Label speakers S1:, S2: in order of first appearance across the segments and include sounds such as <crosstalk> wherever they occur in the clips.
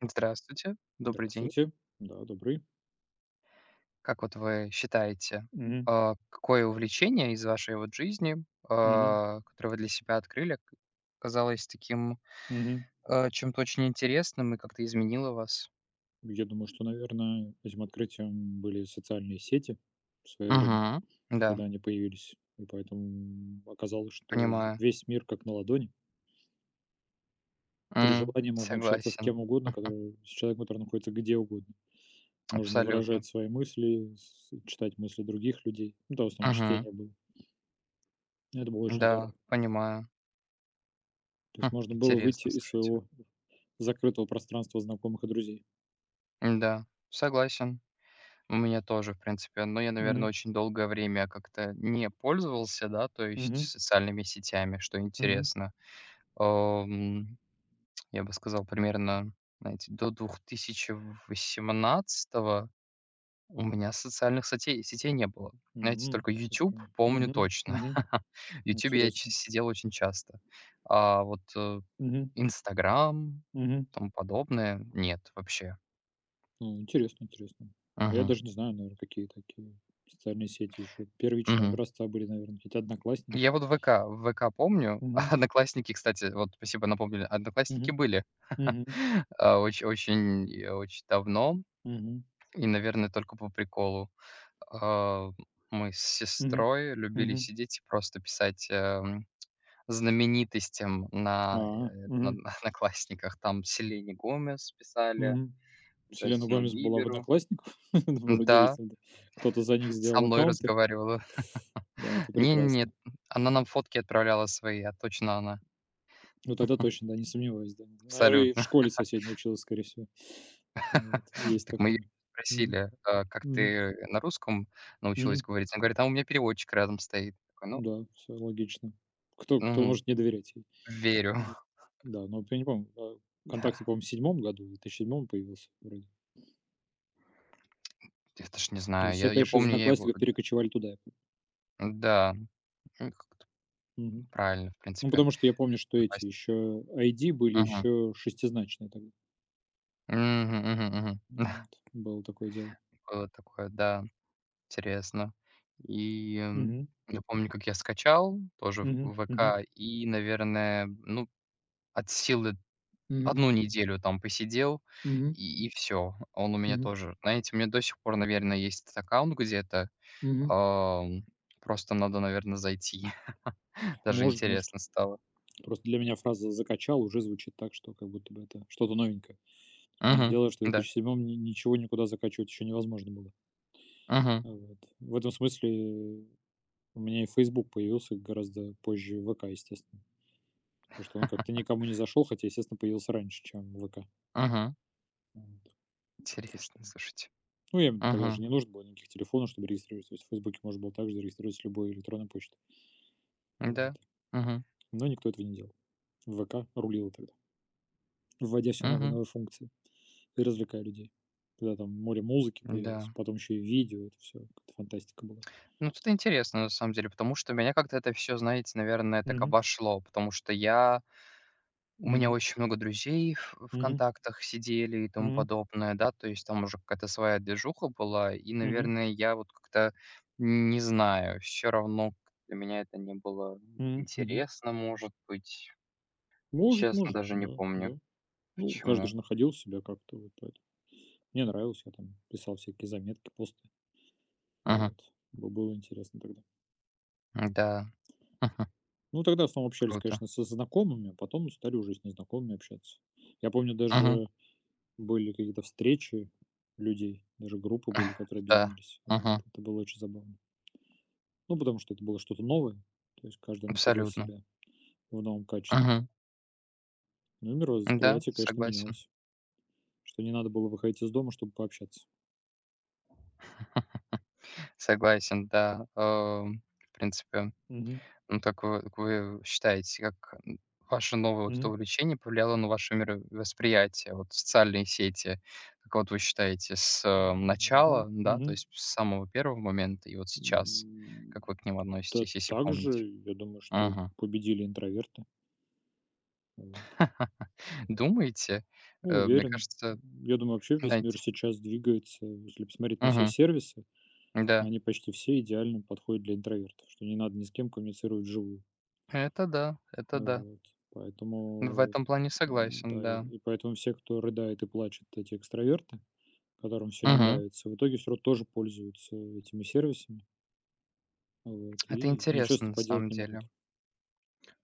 S1: Здравствуйте, добрый день.
S2: Здравствуйте. Да, добрый.
S1: Как вот вы считаете,
S2: Мгм.
S1: какое увлечение из вашей вот жизни,
S2: Мгм.
S1: которое вы для себя открыли, казалось таким
S2: Мгм.
S1: чем-то очень интересным и как-то изменило вас?
S2: Я думаю, что, наверное, этим открытием были социальные сети в свое время,
S1: Угу. Да,
S2: когда они появились. И поэтому оказалось, что в
S1: понимаю.
S2: весь мир как на ладони. При желании можно общаться с
S1: Согласен.
S2: кем угодно,
S1: Хм,
S2: который, с человеком, который находится где угодно. Можно
S1: абсолютно.
S2: выражать свои мысли, читать мысли других людей. Ну, да, в основном
S1: Угу.
S2: чтение было. Это было очень
S1: Да,
S2: здорово.
S1: понимаю.
S2: То
S1: Хм,
S2: есть можно было выйти
S1: интересно,
S2: из
S1: слушайте.
S2: своего закрытого пространства знакомых и друзей.
S1: Да, согласен. У меня тоже, в принципе. Но я, наверное,
S2: Мгм.
S1: очень долгое время как-то не пользовался, да, то есть
S2: Мгм.
S1: социальными сетями, что
S2: Мгм.
S1: интересно. Ам, я бы сказал, примерно, знаете, до 2018-го у меня социальных сетей не было. Знаете,
S2: М,
S1: только
S2: это
S1: YouTube
S2: прям.
S1: помню
S2: Мгм,
S1: точно.
S2: мгм.
S1: <laughs> В YouTube я
S2: Интересно.
S1: сидел очень часто. А вот
S2: Мгм,
S1: Инстаграм,
S2: мгм.
S1: тому подобное, нет вообще.
S2: Ну, интересно. Я
S1: Мгм.
S2: даже не знаю, наверное какие такие социальные сети еще первичного
S1: Мгм.
S2: образца были, наверное какие-то "Одноклассники".
S1: Я вот в ВК помню. <laughs>
S2: Мгм,
S1: Одноклассники, кстати, вот спасибо напомнили. Одноклассники
S2: мгм,
S1: были,
S2: мгм,
S1: <laughs> очень, очень и очень давно
S2: мгм,
S1: и, наверное, только по приколу. А, мы с
S2: мгм,
S1: сестрой любили
S2: мгм.
S1: сидеть и просто писать, знаменитостям на,
S2: А,
S1: на
S2: мгм,
S1: на "Одноклассниках". Там Селене Гомес писали,
S2: мгм. Селена
S1: Джастину
S2: Гомес была в
S1: Биберу.
S2: "Одноклассниках"? <laughs> Это было
S1: Да,
S2: удивительно. Да. Кто-то за них
S1: со
S2: сделал
S1: мной
S2: аккаунты.
S1: разговаривала.
S2: Да,
S1: <laughs>
S2: это
S1: Не нет.
S2: прекрасно.
S1: Она нам фотки отправляла свои, а точно она.
S2: Ну, тогда точно, да, не сомневаюсь, да. Наверно, и в
S1: Абсолютно.
S2: школе соседней училась, скорее всего. Вот, есть
S1: Так мы её
S2: такое.
S1: спросили, как
S2: Мгм.
S1: ты на русском
S2: Мгм.
S1: научилась говорить? Она говорит: "А у меня переводчик рядом стоит". Такой, ну,
S2: Да, всё логично. Кто
S1: мгм,
S2: может не доверять ей?
S1: верю.
S2: Да.
S1: <laughs>
S2: Да, но вот я не помню, а, "ВКонтакте",
S1: Да,
S2: по-моему, в седьмом году, в 2007 появился вроде.
S1: я даже не
S2: И
S1: знаю,
S2: все,
S1: я
S2: конечно, из
S1: помню, я его
S2: "Одноклассников" перекочевали туда, я помню.
S1: да, ну, как-то
S2: Мгм.
S1: правильно, в
S2: Ну,
S1: принципе.
S2: потому что я помню, что эти
S1: Напасть.
S2: еще ID были
S1: Мгм,
S2: еще шестизначные тогда.
S1: мгм, мгм, мгм.
S2: Ну вот, было такое дело.
S1: Было такое, да, интересно. И,
S2: Мгм.
S1: я помню, как я скачал тоже в
S2: Мгм.
S1: в
S2: Мгм.
S1: ВК и, наверное, ну, от силы
S2: Мгм.
S1: одну неделю там посидел,
S2: Мгм.
S1: и всё. Он у меня
S2: Мгм.
S1: тоже. Знаете, у меня до сих пор, наверное, есть этот аккаунт где-то.
S2: Мгм.
S1: Ам, просто надо, наверное, зайти. <laughs> Даже
S2: Может.
S1: интересно стало.
S2: Просто для меня фраза "закачал" уже звучит так, что как будто бы это что-то новенькое. Понятное
S1: Мгм.
S2: дело, что в
S1: Да.
S2: 2007 ни ничего никуда закачивать еще невозможно было.
S1: Мгм.
S2: А вот. В этом смысле у меня и Facebook появился гораздо позже "ВК", естественно, потому что он как-то
S1: <laughs>
S2: никому не зашел, хотя, естественно, появился раньше, чем "ВК".
S1: Мгм.
S2: Вот. Так
S1: Интересно,
S2: что
S1: слушайте.
S2: ну, им тогда же
S1: Мгм.
S2: не нужно было никаких телефонов, чтобы регистрироваться. То есть в "Фейсбуке" можно было также зарегистрироваться любой электронной почтой.
S1: Да.
S2: Вот.
S1: Мгм.
S2: Но никто этого не делал. "ВК" рулила тогда, вводя все новые и
S1: Мгм.
S2: новые функции и развлекая людей. Тогда там море музыки
S1: Да.
S2: появилось, потом еще и видео, это все какая-то фантастика была.
S1: Ну, тут интересно, на самом деле, потому что меня как-то это все, знаете, наверное, так
S2: Мгм.
S1: обошло, потому что я У меня
S2: Мгм.
S1: очень много друзей в
S2: Мгм.
S1: "Контактах" сидели и тому
S2: Мгм.
S1: подобное, да, то есть там уже какая-то своя движуха была. И,
S2: Мгм.
S1: наверное, я вот как-то не знаю, все равно для меня это не было
S2: Мгм. Мгм.
S1: интересно, может быть.
S2: Может,
S1: Честно,
S2: может,
S1: даже не
S2: да,
S1: помню
S2: да. Ну, каждый
S1: почему.
S2: же находил себя как-то, вот поэтому. Мне нравилось, я там писал всякие заметки, посты,
S1: Мгм.
S2: вот. Было интересно тогда.
S1: Да. Мгм.
S2: Ну, тогда в основном общались,
S1: Круто.
S2: конечно, со знакомыми, а потом стали уже с незнакомыми общаться. Я помню,
S1: Мгм.
S2: даже были какие-то встречи людей, даже группы были, которые
S1: Да.
S2: объединились. Вот.
S1: Мгм.
S2: Это было очень забавно. Ну, потому что это было что-то новое, то есть каждый находил
S1: Абсолютно.
S2: себя в новом качестве.
S1: Мгм.
S2: Ну и
S1: Да,
S2: мировосприятие, конечно,
S1: согласен.
S2: менялось. Что не надо было выходить из дома, чтобы пообщаться.
S1: Согласен, да. В принципе.
S2: Мгм.
S1: Ну, так вы как вы считаете, как, ваше новое вот это
S2: Мгм.
S1: увлечение повлияло на ваше мировосприятие? Вот социальные сети, как вот вы считаете, с,
S2: Мгм.
S1: начала, да, то
S2: Мгм.
S1: есть с самого первого момента и вот сейчас,
S2: М,
S1: как вы к ним
S2: да
S1: относитесь, если помните?
S2: также, я думаю, что
S1: Мгм.
S2: победили интроверты. Вот.
S1: <laughs> Думаете?
S2: Ну,
S1: Мне
S2: уверен.
S1: кажется,
S2: Я думаю, вообще весь мир
S1: знаете.
S2: сейчас двигается. Если посмотреть на все
S1: Мгм.
S2: сервисы,
S1: Да.
S2: они почти все идеально подходят для интровертов, что не надо ни с кем коммуницировать вживую.
S1: Это да, это да.
S2: Вот.
S1: В
S2: Поэтому,
S1: этом плане
S2: м,
S1: согласен,
S2: да, и
S1: да.
S2: и поэтому все, кто рыдает и плачет, эти экстраверты. Которым все не
S1: Мгм.
S2: нравится. В итоге все равно тоже пользуются этими сервисами, вот,
S1: Это
S2: и ничего с
S1: интересно
S2: этим
S1: на
S2: поделать
S1: самом
S2: не
S1: деле.
S2: могут.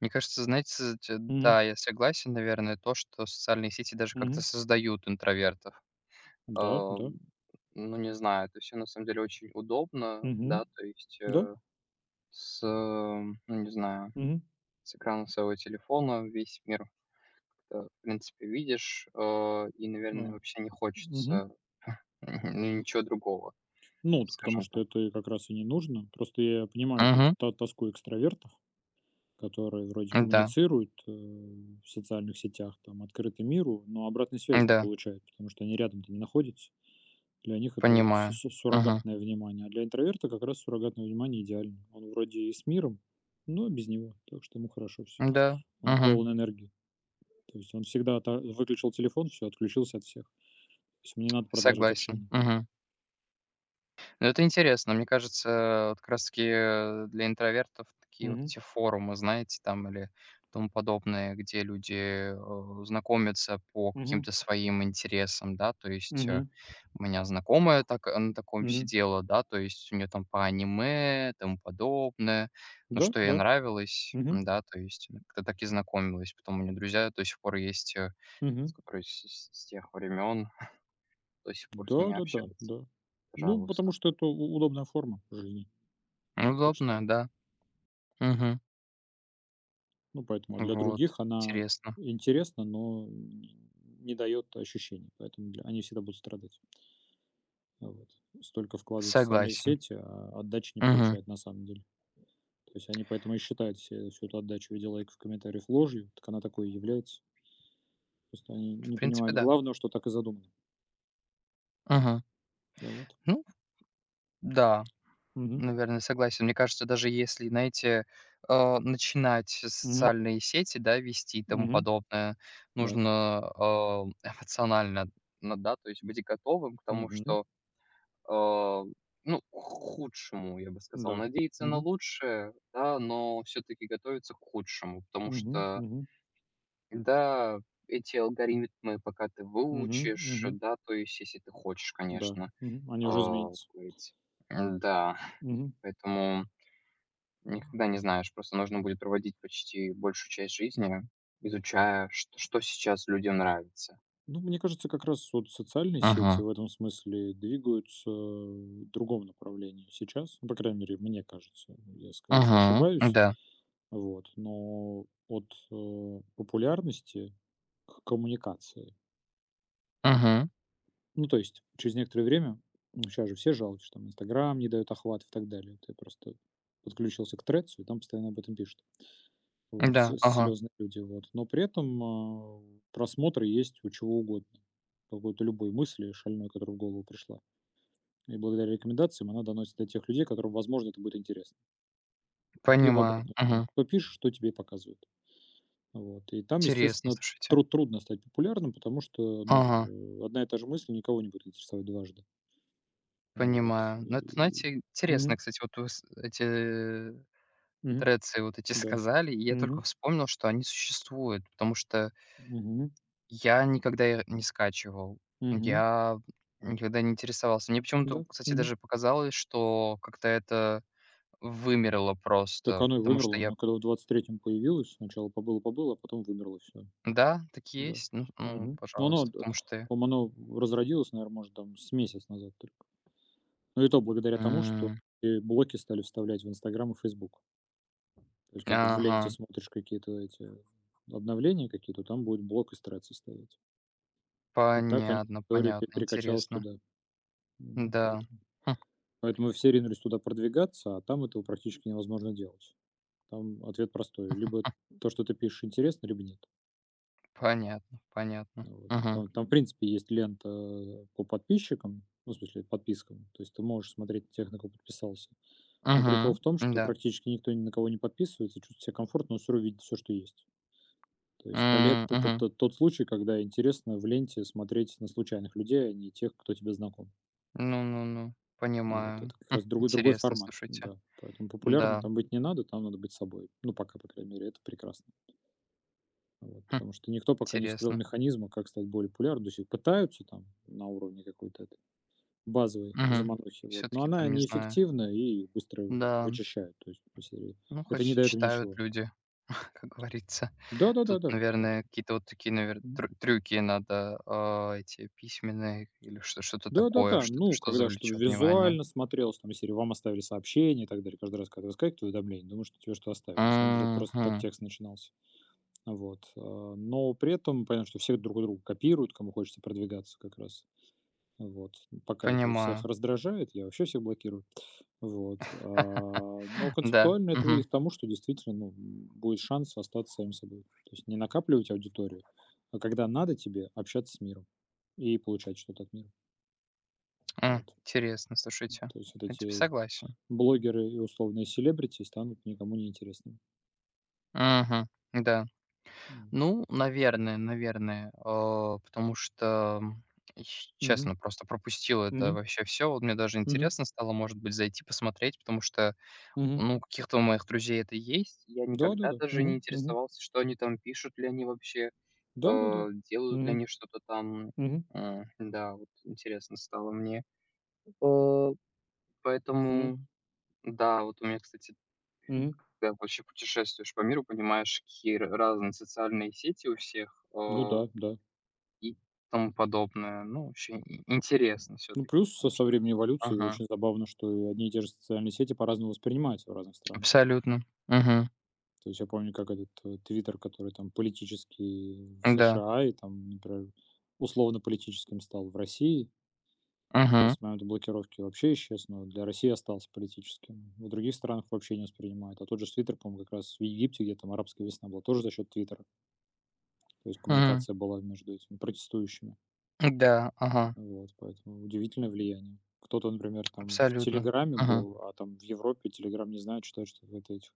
S1: Мне кажется, знаете, с- т
S2: Мгм.
S1: да, я согласен, наверное, то, что социальные сети даже как-то
S2: Мгм.
S1: создают интровертов.
S2: Да, да.
S1: Ам, ну, не знаю, это все на самом деле очень удобно, да,
S2: Мгм.
S1: то есть,
S2: Да.
S1: ну, не знаю,
S2: Мгм.
S1: с экрана своего телефона весь мир как в принципе, видишь, и,
S2: А.
S1: наверное, вообще не
S2: Мгм.
S1: хочется <laughs> ну, ничего другого,
S2: Ну, так потому
S1: скажем
S2: что
S1: так.
S2: это и как раз и не нужно. Просто я понимаю вот эту
S1: Угу,
S2: то тоску экстравертов, которые вроде
S1: да,
S2: коммуницируют, в социальных сетях, там, открыты миру, но обратной связи не
S1: да,
S2: получают, потому что они рядом-то не находятся. Для них это су
S1: понимаю.
S2: су
S1: Угу,
S2: суррогатное внимание, а для интроверта как раз суррогатное внимание идеально. Он вроде и с миром, но без него, так что ему хорошо все.
S1: да,
S2: Он
S1: угу,
S2: полон энергии. То есть он всегда та выключил телефон, все отключился от всех. То есть ему не надо продолжать
S1: согласен.
S2: общение.
S1: Угу. Ну, это интересно. Мне кажется, вот как раз таки, для интровертов такие вот
S2: Мгм,
S1: эти форумы, знаете, там или тому подобное, где люди, знакомятся по
S2: мгм,
S1: каким-то своим интересам, да. То есть,
S2: мгм,
S1: у меня знакомая так на таком
S2: мгм.
S1: сидела, да, то есть у нее там по аниме, тому подобное, ну,
S2: Да,
S1: что ей
S2: да,
S1: нравилось,
S2: мгм,
S1: м-да, то есть она как-то так и знакомилась. Потом у нее друзья до сих пор есть,
S2: мгм.
S1: с которые с тех времен <laughs> до сих пор с ними
S2: Да-да-да, да.
S1: общаются.
S2: Да, да. Ну,
S1: Пожалуйста.
S2: потому что это у удобная форма жизни.
S1: Ну,
S2: Так что,
S1: удобно, да. Мгм.
S2: ну, поэтому, а для
S1: Вот.
S2: других она
S1: Интересно.
S2: интересна, но не даёт ощущений, поэтому для они всегда будут страдать. Вот. Столько вкладывают в социальные
S1: Согласен.
S2: сети, а отдачи не
S1: Мгм.
S2: получают на самом деле. То есть они поэтому и считают все, всю эту отдачу в виде лайков, комментариев ложью. Так она такой и является. Просто они
S1: В
S2: не
S1: принципе,
S2: понимают
S1: да.
S2: главного, что так и задумано.
S1: Мгм.
S2: Да, вот.
S1: Ну да,
S2: Мгм.
S1: наверное, согласен. Мне кажется, даже если, знаете, начинать
S2: Мгм.
S1: социальные сети, да, вести и тому
S2: Мгм.
S1: подобное,
S2: Да.
S1: нужно, <laughs> эмоционально, ну да, то есть быть готовым к тому,
S2: Мгм.
S1: что, а, ну, к худшему, я бы сказал.
S2: Да.
S1: Надеяться на
S2: Мгм.
S1: лучшее, да, но все таки готовиться к худшему, потому
S2: Мгм.
S1: что
S2: Мгм.
S1: да, эти алгоритмы пока ты
S2: Мгм.
S1: выучишь,
S2: Мгм.
S1: да, то есть если ты хочешь,
S2: Да.
S1: конечно,
S2: Мгм. Они уже изменятся.
S1: быть. Да,
S2: Мгм.
S1: поэтому никогда не знаешь, просто нужно будет проводить почти большую часть жизни, изучая, что, что сейчас людям нравится.
S2: Ну, мне кажется, как раз вот социальные
S1: Ага,
S2: сети в этом смысле двигаются в другом направлении сейчас. Ну, по крайней мере, мне кажется. Я, скорее всего,
S1: ага,
S2: ошибаюсь.
S1: да.
S2: Вот. Но от популярности к коммуникации.
S1: Ага,
S2: Ну, то есть, через некоторое время, ну, сейчас же все жалуются, что там Инстаграм не дает охват и так далее. Ты просто подключился к Трецу, и там постоянно об этом пишут. Вот,
S1: да. Ага.
S2: слезные люди. Вот. Но при этом просмотры есть у чего угодно. Какой-то любой мысли шальной, которая в голову пришла. И благодаря рекомендациям она доносит до тех людей, которым, возможно, это будет интересно. И в
S1: Понимаю.
S2: обратную сторону.
S1: Ага,
S2: Что пишешь, что тебе и показывают. Вот. И там,
S1: интересно,
S2: естественно,
S1: слушайте.
S2: трудно стать популярным, потому что, ну,
S1: Ага.
S2: одна и та же мысль никого не будет интересовать дважды. Вот.
S1: Понимаю. Ну, это,
S2: И-
S1: знаете, интересно,
S2: Мгм.
S1: кстати, вот вы эти
S2: Мгм.
S1: Трецы вот эти
S2: Да.
S1: сказали, и я только
S2: Мгм.
S1: вспомнил, что они существуют, потому что
S2: Мгм.
S1: я никогда их не скачивал,
S2: Мгм.
S1: я никогда не интересовался. Мне почему-то,
S2: Да.
S1: кстати,
S2: Мгм.
S1: даже показалось, что как-то это вымерло
S2: Так
S1: просто,
S2: оно и
S1: потому что
S2: вымерло.
S1: я
S2: Оно когда в двадцать третьем появилось, сначала побыло-побыло, а потом вымерло все.
S1: Да, так и
S2: Да.
S1: есть, ну ну,
S2: Мгм. Но оно,
S1: пожалуйста, потому что.
S2: по-моему, оно разродилось, наверное, может, там с месяц назад только. Ну и то благодаря тому, что
S1: М,
S2: и блоки стали вставлять в "Инстаграм" и "Фейсбук". То есть, когда в
S1: ага,
S2: ленте смотришь какие-то эти обновления какие-то, там будет блок из страницы стоять. И так они
S1: понятно
S2: история пе
S1: понятно,
S2: перекачалась
S1: интересно.
S2: туда. М,
S1: Да,
S2: поэтому
S1: хм,
S2: все ринулись туда продвигаться, а там этого практически невозможно делать. Там ответ простой: либо то, что ты пишешь, интересно, либо нет.
S1: понятно понятно.
S2: Ну, вот.
S1: Мгм,
S2: Там, в принципе, есть лента по подписчикам, ну, в смысле подпискам. То есть ты можешь смотреть тех, на кого подписался. Но прикол
S1: мгм,
S2: в том, что
S1: да,
S2: практически никто ни на кого не подписывается, чувствует себя комфортно, но все равно видит все, что есть. То есть "Толет" — это
S1: мгм.
S2: то тот случай, когда интересно в ленте смотреть на случайных людей, а не тех, кто тебе знаком.
S1: Ну ну ну,
S2: А вот
S1: понимаю.
S2: это как
S1: Хм,
S2: раз другой
S1: интересно,
S2: формат,
S1: слушайте.
S2: да. Поэтому популярным
S1: Да,
S2: там быть не надо, там надо быть собой. Ну, пока, по крайней мере, это прекрасно. Вот,
S1: хм,
S2: потому что никто пока не вскрыл
S1: интересно.
S2: механизма, как стать более популярным. То есть, и пытаются там на уровне какой-то этой базовой
S1: Угу.
S2: заманухи, вот,
S1: Все
S2: но
S1: таки
S2: она
S1: там, не знаю.
S2: неэффективна и быстро
S1: Да,
S2: вычищает. То есть из серии:
S1: ну, хоть
S2: "Это не дает им
S1: читают
S2: ничего".
S1: люди, <laughs> как говорится. Тут,
S2: Да-да-да-да. Поэтому,
S1: наверное, какие-то вот такие, наверное,
S2: мгм.
S1: трюки надо, эти письменные или что что-то такое,
S2: Да-да-да,
S1: что-то,
S2: ну,
S1: что
S2: когда чтобы
S1: завлечет внимание.
S2: визуально смотрелось, там, если вам оставили сообщение и так далее, каждый раз, когда выскакивает уведомление, думаешь, что тебе что оставили. На самом деле это просто так
S1: Мгм.
S2: текст начинался. Вот. А, но при этом понятно, что все друг друга копируют, кому хочется продвигаться как раз. Вот. Пока это у всех
S1: Понимаю.
S2: раздражает, я вообще всех блокирую. Вот, а, но
S1: <laughs> Да.
S2: концептуально это
S1: Мгм.
S2: выйдет к тому, что действительно, ну, м, будет шанс остаться самим собой. То есть не накапливать аудиторию, а когда надо тебе, общаться с миром и получать что-то от мира.
S1: М,
S2: Вот.
S1: интересно, слушайте.
S2: То есть вот
S1: В принципе,
S2: эти
S1: согласен.
S2: блогеры и условные селебрити станут никому не интересными.
S1: Мгм. Да.
S2: Вот.
S1: Ну, наверное, потому что, ч
S2: Мгм.
S1: честно, просто пропустил это
S2: Мгм.
S1: вообще все. Вот мне даже
S2: Мгм.
S1: интересно стало, может быть, зайти посмотреть, потому что,
S2: Мгм.
S1: ну, у моих друзей это есть. Я никогда
S2: Да-да-да.
S1: даже не
S2: Мгм. Мгм.
S1: интересовался, что они там, пишут ли они вообще,
S2: Да-да-да.
S1: делают ли
S2: Мгм.
S1: они что-то там.
S2: Мгм.
S1: Да, вот интересно стало мне. Э,
S2: Мгм.
S1: поэтому, да, вот у меня, кстати,
S2: Мгм.
S1: когда вообще путешествуешь по миру, понимаешь, какие р разные социальные сети у всех.
S2: Ну да, да.
S1: И тому подобное. Ну, вообще и интересно все
S2: Ну,
S1: таки
S2: плюс со
S1: потому
S2: со
S1: что.
S2: времени эволюции
S1: Ага,
S2: очень забавно, что и одни и те же социальные сети по-разному воспринимаются в разных странах.
S1: абсолютно. Мгм.
S2: То есть я помню, как этот, "Твиттер", который там политический в
S1: Да.
S2: США и там, например, условно-политическим стал в России, а
S1: Мгм.
S2: с момента блокировки вообще исчез, но для России остался политическим. В других странах вообще не воспринимают. А тот же "Твиттер", по-моему, как раз в Египте, где там арабская весна была, тоже за счет "Твиттера". То есть
S1: Мгм.
S2: коммуникация была между этими протестующими.
S1: Да, ага,
S2: Вот, поэтому удивительное влияние. Кто-то, например, там в
S1: абсолютно.
S2: "Телеграме"
S1: Мгм.
S2: был, а там в Европе "Телеграм" не знают, считают, что это эти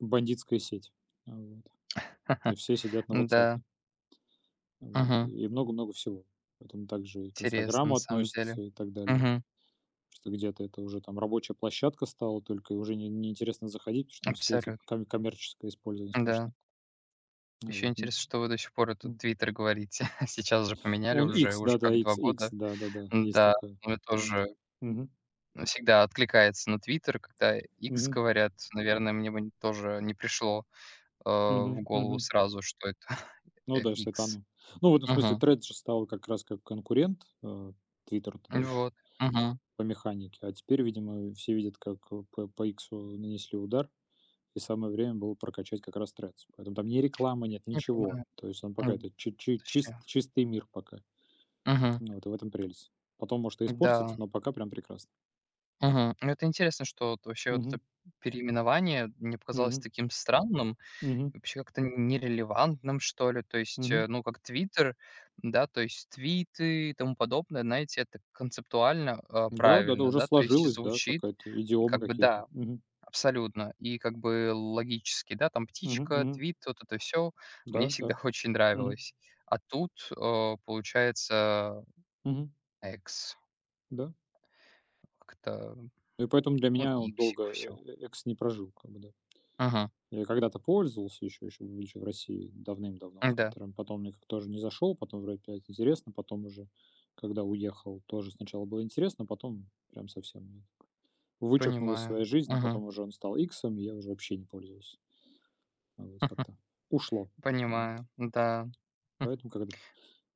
S2: бандитская сеть. А, вот. И
S1: <laughs>
S2: все сидят на
S1: Да.
S2: "Ватсапе". Вот.
S1: Мгм.
S2: И много-много всего. Поэтому также и к
S1: Интересно, на
S2: "Инстаграму"
S1: самом
S2: относится
S1: деле.
S2: и так далее.
S1: Мгм.
S2: Что где-то это уже там рабочая площадка стала, только и уже не неинтересно заходить, потому что там все эти
S1: Абсолютно.
S2: коммерческое использование сплошное.
S1: Да.
S2: А,
S1: Еще
S2: вот, м,
S1: интересно, что вы до сих пор этот
S2: м.
S1: "Твиттер" говорите. <laughs> Сейчас же поменяли
S2: Он
S1: уже
S2: X,
S1: уже
S2: да-да,
S1: как 2
S2: X, X,
S1: года.
S2: да-да-да, есть
S1: Да,
S2: такое.
S1: мне
S2: А, вот.
S1: тоже
S2: Мгм.
S1: всегда откликается на "Твиттер", когда X
S2: Мгм.
S1: говорят. Наверное, мне бы тоже не пришло в
S2: Мгм.
S1: голову
S2: Мгм.
S1: сразу, что это, <laughs>
S2: Ну да, что это
S1: "Икс".
S2: оно. Ну, в этом смысле
S1: Мгм.
S2: Threads же стал как раз как конкурент, "Твиттеру" тогда еще
S1: Вот. Мгм.
S2: по механике, а теперь, видимо, все видят, как, по "Иксу" нанесли удар, и самое время было прокачать как раз Threads. Поэтому там ни рекламы нет,
S1: Не
S2: ничего.
S1: понимаю.
S2: То есть он пока
S1: М,
S2: это чи чи чис
S1: вообще.
S2: чистый мир пока.
S1: Мгм.
S2: Ну, вот и в этом прелесть. Потом, может, и испортится,
S1: Да.
S2: но пока прям прекрасно.
S1: Мгм. Ну, это интересно, что вот вообще вот
S2: Мгм,
S1: это переименование мне показалось
S2: мгм,
S1: таким странным и
S2: мгм,
S1: вообще как-то нерелевантным, что ли. То есть,
S2: мгм.
S1: ну, как "Твиттер", да, то есть твиты и тому подобное, знаете, это концептуально,
S2: Да, да-да,
S1: правильно,
S2: уже
S1: да, то есть и
S2: сложилось, да,
S1: звучит
S2: какая-то идиома
S1: как бы
S2: какие-то.
S1: да.
S2: Мгм,
S1: Абсолютно. И как бы логически, да, там
S2: мгм,
S1: птичка,
S2: мгм.
S1: твит, вот это все мне
S2: Да, да.
S1: всегда <laughs> очень
S2: Мгм,
S1: нравилось. А тут, получается,
S2: мгм.
S1: экс.
S2: Да.
S1: Как-то,
S2: Ну и поэтому для
S1: ну,
S2: меня он долго,
S1: иксик, все.
S2: "Экс" не прожил, как бы, да.
S1: Мгм.
S2: Я когда-то пользовался еще будучи в России давным-давно вот
S1: Да,
S2: "Твиттером". Потом мне как-то тоже не зашел, потом вроде опять интересно, потом уже, когда уехал, тоже сначала было интересно, потом прям совсем нет. Вычеркнул из
S1: понимаю.
S2: своей жизни.
S1: Мгм.
S2: Потом уже он стал "Иксом", и я уже вообще не пользуюсь. А, вот как-то
S1: <laughs>
S2: ушло. А, вот.
S1: Понимаю, да.
S2: Поэтому
S1: <laughs>
S2: когда-то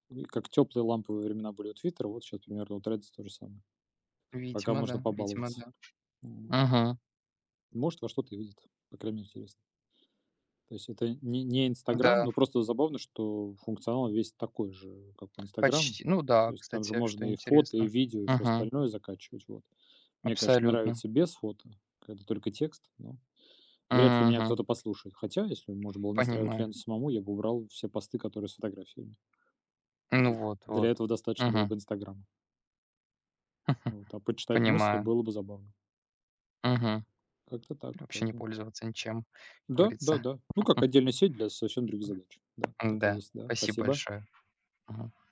S2: ну и как теплые ламповые времена были у "Твиттера", вот сейчас, примерно у "Тредс" то же самое. Пока
S1: Видимо,
S2: можно
S1: да, видимо,
S2: побаловаться.
S1: да.
S2: Вот.
S1: Мгм.
S2: Может, во что-то и выйдет. По крайней мере, интересно. То есть это не "Инстаграм",
S1: Да,
S2: но просто забавно, что функционал весь такой же, как у "Инстаграма".
S1: почти. Ну
S2: То
S1: да,
S2: есть там же
S1: кстати,
S2: можно
S1: что
S2: и фото, и
S1: интересно.
S2: видео, и всё
S1: Мгм.
S2: остальное закачивать, вот. Мне, конечно,
S1: Абсолютно.
S2: нравится без фото, когда только текст, но вряд ли меня
S1: Мгм.
S2: кто-то послушает. Хотя, если можно было настраивать
S1: Понимаю.
S2: ленту самому, я бы убрал все посты, которые с фотографиями. То
S1: Ну
S2: есть
S1: вот,
S2: для
S1: вот.
S2: этого достаточно было
S1: Мгм.
S2: бы "Инстаграма". Вот, а почитать мысли
S1: Понимаю.
S2: было бы забавно.
S1: Мгм.
S2: Как-то
S1: Или
S2: так,
S1: вообще не
S2: поэтому
S1: пользоваться ничем, как
S2: да,
S1: говорится.
S2: да-да. Ну, как отдельная сеть для совсем других задач. Да, так и
S1: Да,
S2: есть, да.
S1: спасибо
S2: Спасибо.
S1: большое. Мгм.